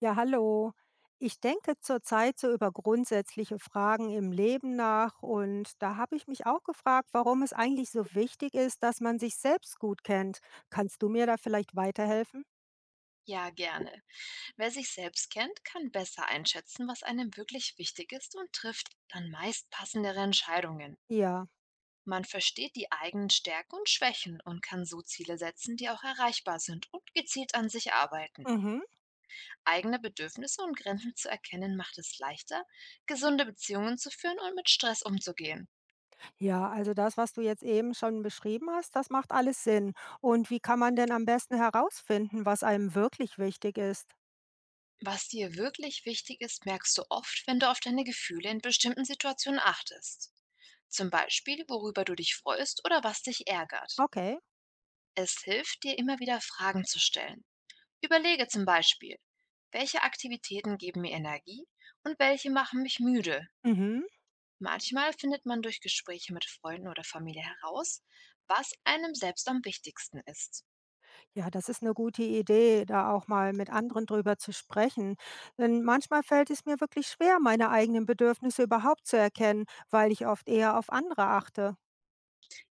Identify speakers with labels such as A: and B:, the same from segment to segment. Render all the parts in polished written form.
A: Ja, hallo. Ich denke zurzeit so über grundsätzliche Fragen im Leben nach und da habe ich mich auch gefragt, warum es eigentlich so wichtig ist, dass man sich selbst gut kennt. Kannst du mir da vielleicht weiterhelfen?
B: Ja, gerne. Wer sich selbst kennt, kann besser einschätzen, was einem wirklich wichtig ist und trifft dann meist passendere Entscheidungen.
A: Ja.
B: Man versteht die eigenen Stärken und Schwächen und kann so Ziele setzen, die auch erreichbar sind und gezielt an sich arbeiten.
A: Mhm.
B: Eigene Bedürfnisse und Grenzen zu erkennen macht es leichter, gesunde Beziehungen zu führen und mit Stress umzugehen.
A: Ja, also das, was du jetzt eben schon beschrieben hast, das macht alles Sinn. Und wie kann man denn am besten herausfinden, was einem wirklich wichtig ist?
B: Was dir wirklich wichtig ist, merkst du oft, wenn du auf deine Gefühle in bestimmten Situationen achtest. Zum Beispiel, worüber du dich freust oder was dich ärgert.
A: Okay.
B: Es hilft dir immer wieder Fragen zu stellen. Überlege zum Beispiel, welche Aktivitäten geben mir Energie und welche machen mich müde.
A: Mhm.
B: Manchmal findet man durch Gespräche mit Freunden oder Familie heraus, was einem selbst am wichtigsten ist.
A: Ja, das ist eine gute Idee, da auch mal mit anderen drüber zu sprechen. Denn manchmal fällt es mir wirklich schwer, meine eigenen Bedürfnisse überhaupt zu erkennen, weil ich oft eher auf andere achte.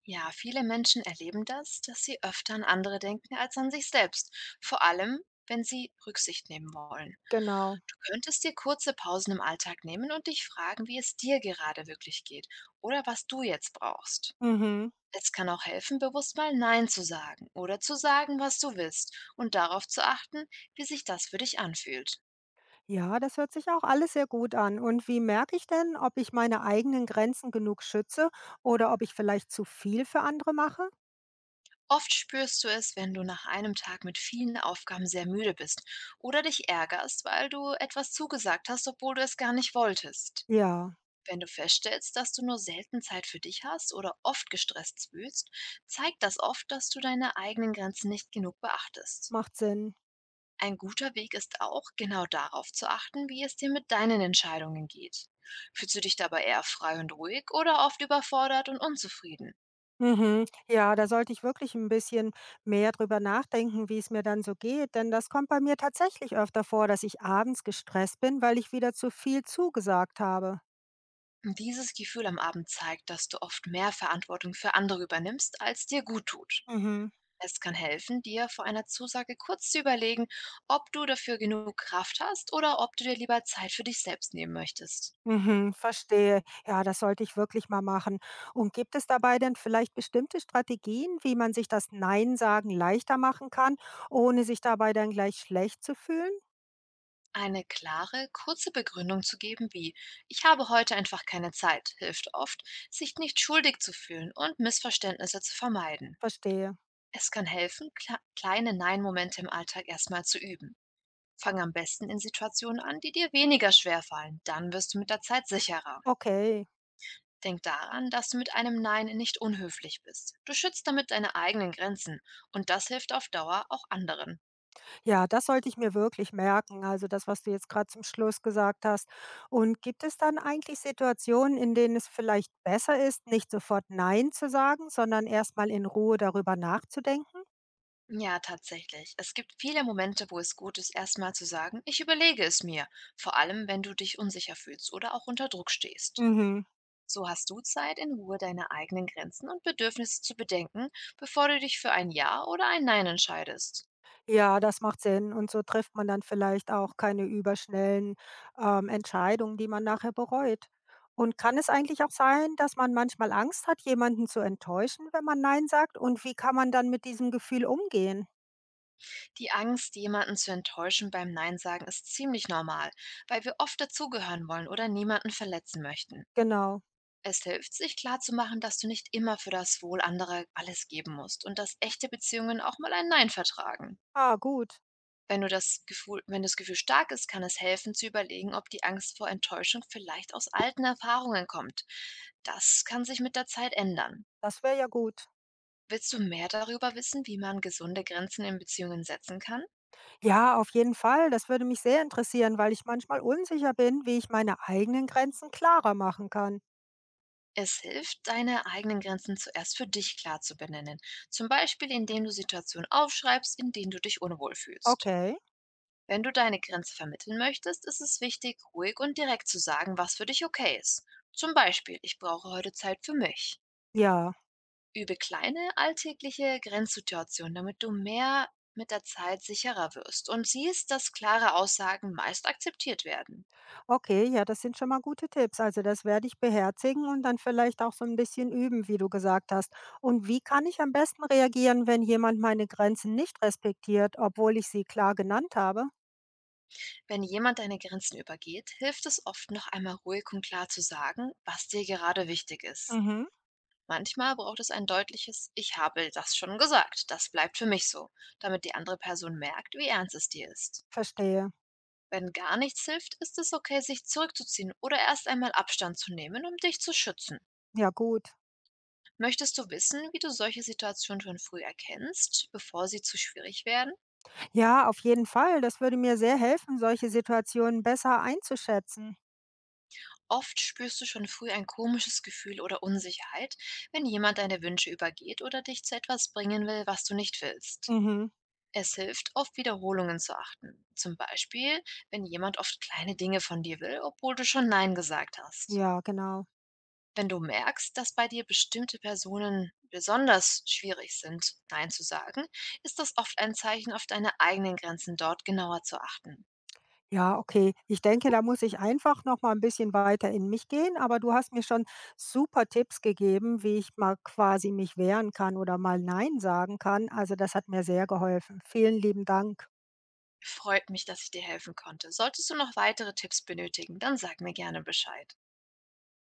B: Ja, viele Menschen erleben das, dass sie öfter an andere denken als an sich selbst, vor allem wenn sie Rücksicht nehmen wollen.
A: Genau.
B: Du könntest dir kurze Pausen im Alltag nehmen und dich fragen, wie es dir gerade wirklich geht oder was du jetzt brauchst.
A: Mhm.
B: Es kann auch helfen, bewusst mal Nein zu sagen oder zu sagen, was du willst und darauf zu achten, wie sich das für dich anfühlt.
A: Ja, das hört sich auch alles sehr gut an. Und wie merke ich denn, ob ich meine eigenen Grenzen genug schütze oder ob ich vielleicht zu viel für andere mache?
B: Oft spürst du es, wenn du nach einem Tag mit vielen Aufgaben sehr müde bist oder dich ärgerst, weil du etwas zugesagt hast, obwohl du es gar nicht wolltest.
A: Ja,
B: Wenn du feststellst, dass du nur selten Zeit für dich hast oder oft gestresst fühlst, zeigt das oft, dass du deine eigenen Grenzen nicht genug beachtest.
A: macht Sinn.
B: Ein guter Weg ist auch, genau darauf zu achten, wie es dir mit deinen Entscheidungen geht. Fühlst du dich dabei eher frei und ruhig oder oft überfordert und unzufrieden?
A: Mhm. Ja, da sollte ich wirklich ein bisschen mehr drüber nachdenken, wie es mir dann so geht, denn das kommt bei mir tatsächlich öfter vor, dass ich abends gestresst bin, weil ich wieder zu viel zugesagt habe.
B: Dieses Gefühl am Abend zeigt, dass du oft mehr Verantwortung für andere übernimmst, als dir gut tut.
A: Mhm.
B: Es kann helfen, dir vor einer Zusage kurz zu überlegen, ob du dafür genug Kraft hast oder ob du dir lieber Zeit für dich selbst nehmen möchtest.
A: Mhm, verstehe. Ja, das sollte ich wirklich mal machen. Und gibt es dabei denn vielleicht bestimmte Strategien, wie man sich das Nein sagen leichter machen kann, ohne sich dabei dann gleich schlecht zu fühlen?
B: Eine klare, kurze Begründung zu geben wie „Ich habe heute einfach keine Zeit“ hilft oft, sich nicht schuldig zu fühlen und Missverständnisse zu vermeiden.
A: Verstehe.
B: Es kann helfen, kleine Nein-Momente im Alltag erstmal zu üben. Fang am besten in Situationen an, die dir weniger schwer fallen. Dann wirst du mit der Zeit sicherer.
A: Okay.
B: Denk daran, dass du mit einem Nein nicht unhöflich bist. Du schützt damit deine eigenen Grenzen und das hilft auf Dauer auch anderen.
A: Ja, das sollte ich mir wirklich merken, also das, was du jetzt gerade zum Schluss gesagt hast. Und gibt es dann eigentlich Situationen, in denen es vielleicht besser ist, nicht sofort „Nein“ zu sagen, sondern erst mal in Ruhe darüber nachzudenken?
B: Ja, tatsächlich. Es gibt viele Momente, wo es gut ist, erstmal zu sagen, ich überlege es mir, vor allem wenn du dich unsicher fühlst oder auch unter Druck stehst.
A: Mhm.
B: So hast du Zeit, in Ruhe deine eigenen Grenzen und Bedürfnisse zu bedenken, bevor du dich für ein Ja oder ein Nein entscheidest.
A: Ja, das macht Sinn und so trifft man dann vielleicht auch keine überschnellen Entscheidungen, die man nachher bereut. Und kann es eigentlich auch sein, dass man manchmal Angst hat, jemanden zu enttäuschen, wenn man „Nein“ sagt? Und wie kann man dann mit diesem Gefühl umgehen?
B: Die Angst, jemanden zu enttäuschen beim Nein sagen, ist ziemlich normal, weil wir oft dazugehören wollen oder niemanden verletzen möchten.
A: Genau.
B: Es hilft, sich klarzumachen, dass du nicht immer für das Wohl anderer alles geben musst und dass echte Beziehungen auch mal ein Nein vertragen.
A: Ah, gut.
B: Wenn das Gefühl stark ist, kann es helfen zu überlegen, ob die Angst vor Enttäuschung vielleicht aus alten Erfahrungen kommt. Das kann sich mit der Zeit ändern.
A: Das wäre ja gut.
B: Willst du mehr darüber wissen, wie man gesunde Grenzen in Beziehungen setzen kann?
A: Ja, auf jeden Fall. Das würde mich sehr interessieren, weil ich manchmal unsicher bin, wie ich meine eigenen Grenzen klarer machen kann.
B: Es hilft, deine eigenen Grenzen zuerst für dich klar zu benennen, zum Beispiel indem du Situationen aufschreibst, in denen du dich unwohl fühlst.
A: Okay.
B: Wenn du deine Grenze vermitteln möchtest, ist es wichtig, ruhig und direkt zu sagen, was für dich okay ist. Zum Beispiel, ich brauche heute Zeit für mich.
A: Ja,
B: Übe kleine alltägliche Grenzsituationen, damit du mehr mit der Zeit sicherer wirst und siehst, dass klare Aussagen meist akzeptiert werden.
A: okay, ja, das sind schon mal gute Tipps. Also das werde ich beherzigen und dann vielleicht auch so ein bisschen üben, wie du gesagt hast. Und wie kann ich am besten reagieren, wenn jemand meine Grenzen nicht respektiert, obwohl ich sie klar genannt habe?
B: Wenn jemand deine Grenzen übergeht, hilft es oft, noch einmal ruhig und klar zu sagen, was dir gerade wichtig ist.
A: Mhm,
B: Manchmal braucht es ein deutliches „Ich habe das schon gesagt, das bleibt für mich so“, damit die andere Person merkt, wie ernst es dir ist.
A: verstehe.
B: Wenn gar nichts hilft, ist es okay, sich zurückzuziehen oder erst einmal Abstand zu nehmen, um dich zu schützen.
A: Ja, gut.
B: Möchtest du wissen, wie du solche Situationen schon früh erkennst, bevor sie zu schwierig werden?
A: Ja, auf jeden Fall. Das würde mir sehr helfen, solche Situationen besser einzuschätzen.
B: Oft spürst du schon früh ein komisches Gefühl oder Unsicherheit, wenn jemand deine Wünsche übergeht oder dich zu etwas bringen will, was du nicht willst.
A: Mhm.
B: Es hilft, auf Wiederholungen zu achten. Zum Beispiel, wenn jemand oft kleine Dinge von dir will, obwohl du schon Nein gesagt hast.
A: Ja, genau.
B: Wenn du merkst, dass bei dir bestimmte Personen besonders schwierig sind, Nein zu sagen, ist das oft ein Zeichen, auf deine eigenen Grenzen dort genauer zu achten.
A: Ja, okay. Ich denke, da muss ich einfach noch mal ein bisschen weiter in mich gehen, aber du hast mir schon super Tipps gegeben, wie ich mal quasi mich wehren kann oder mal nein sagen kann. Also, das hat mir sehr geholfen. Vielen lieben Dank.
B: Freut mich, dass ich dir helfen konnte. Solltest du noch weitere Tipps benötigen, dann sag mir gerne Bescheid.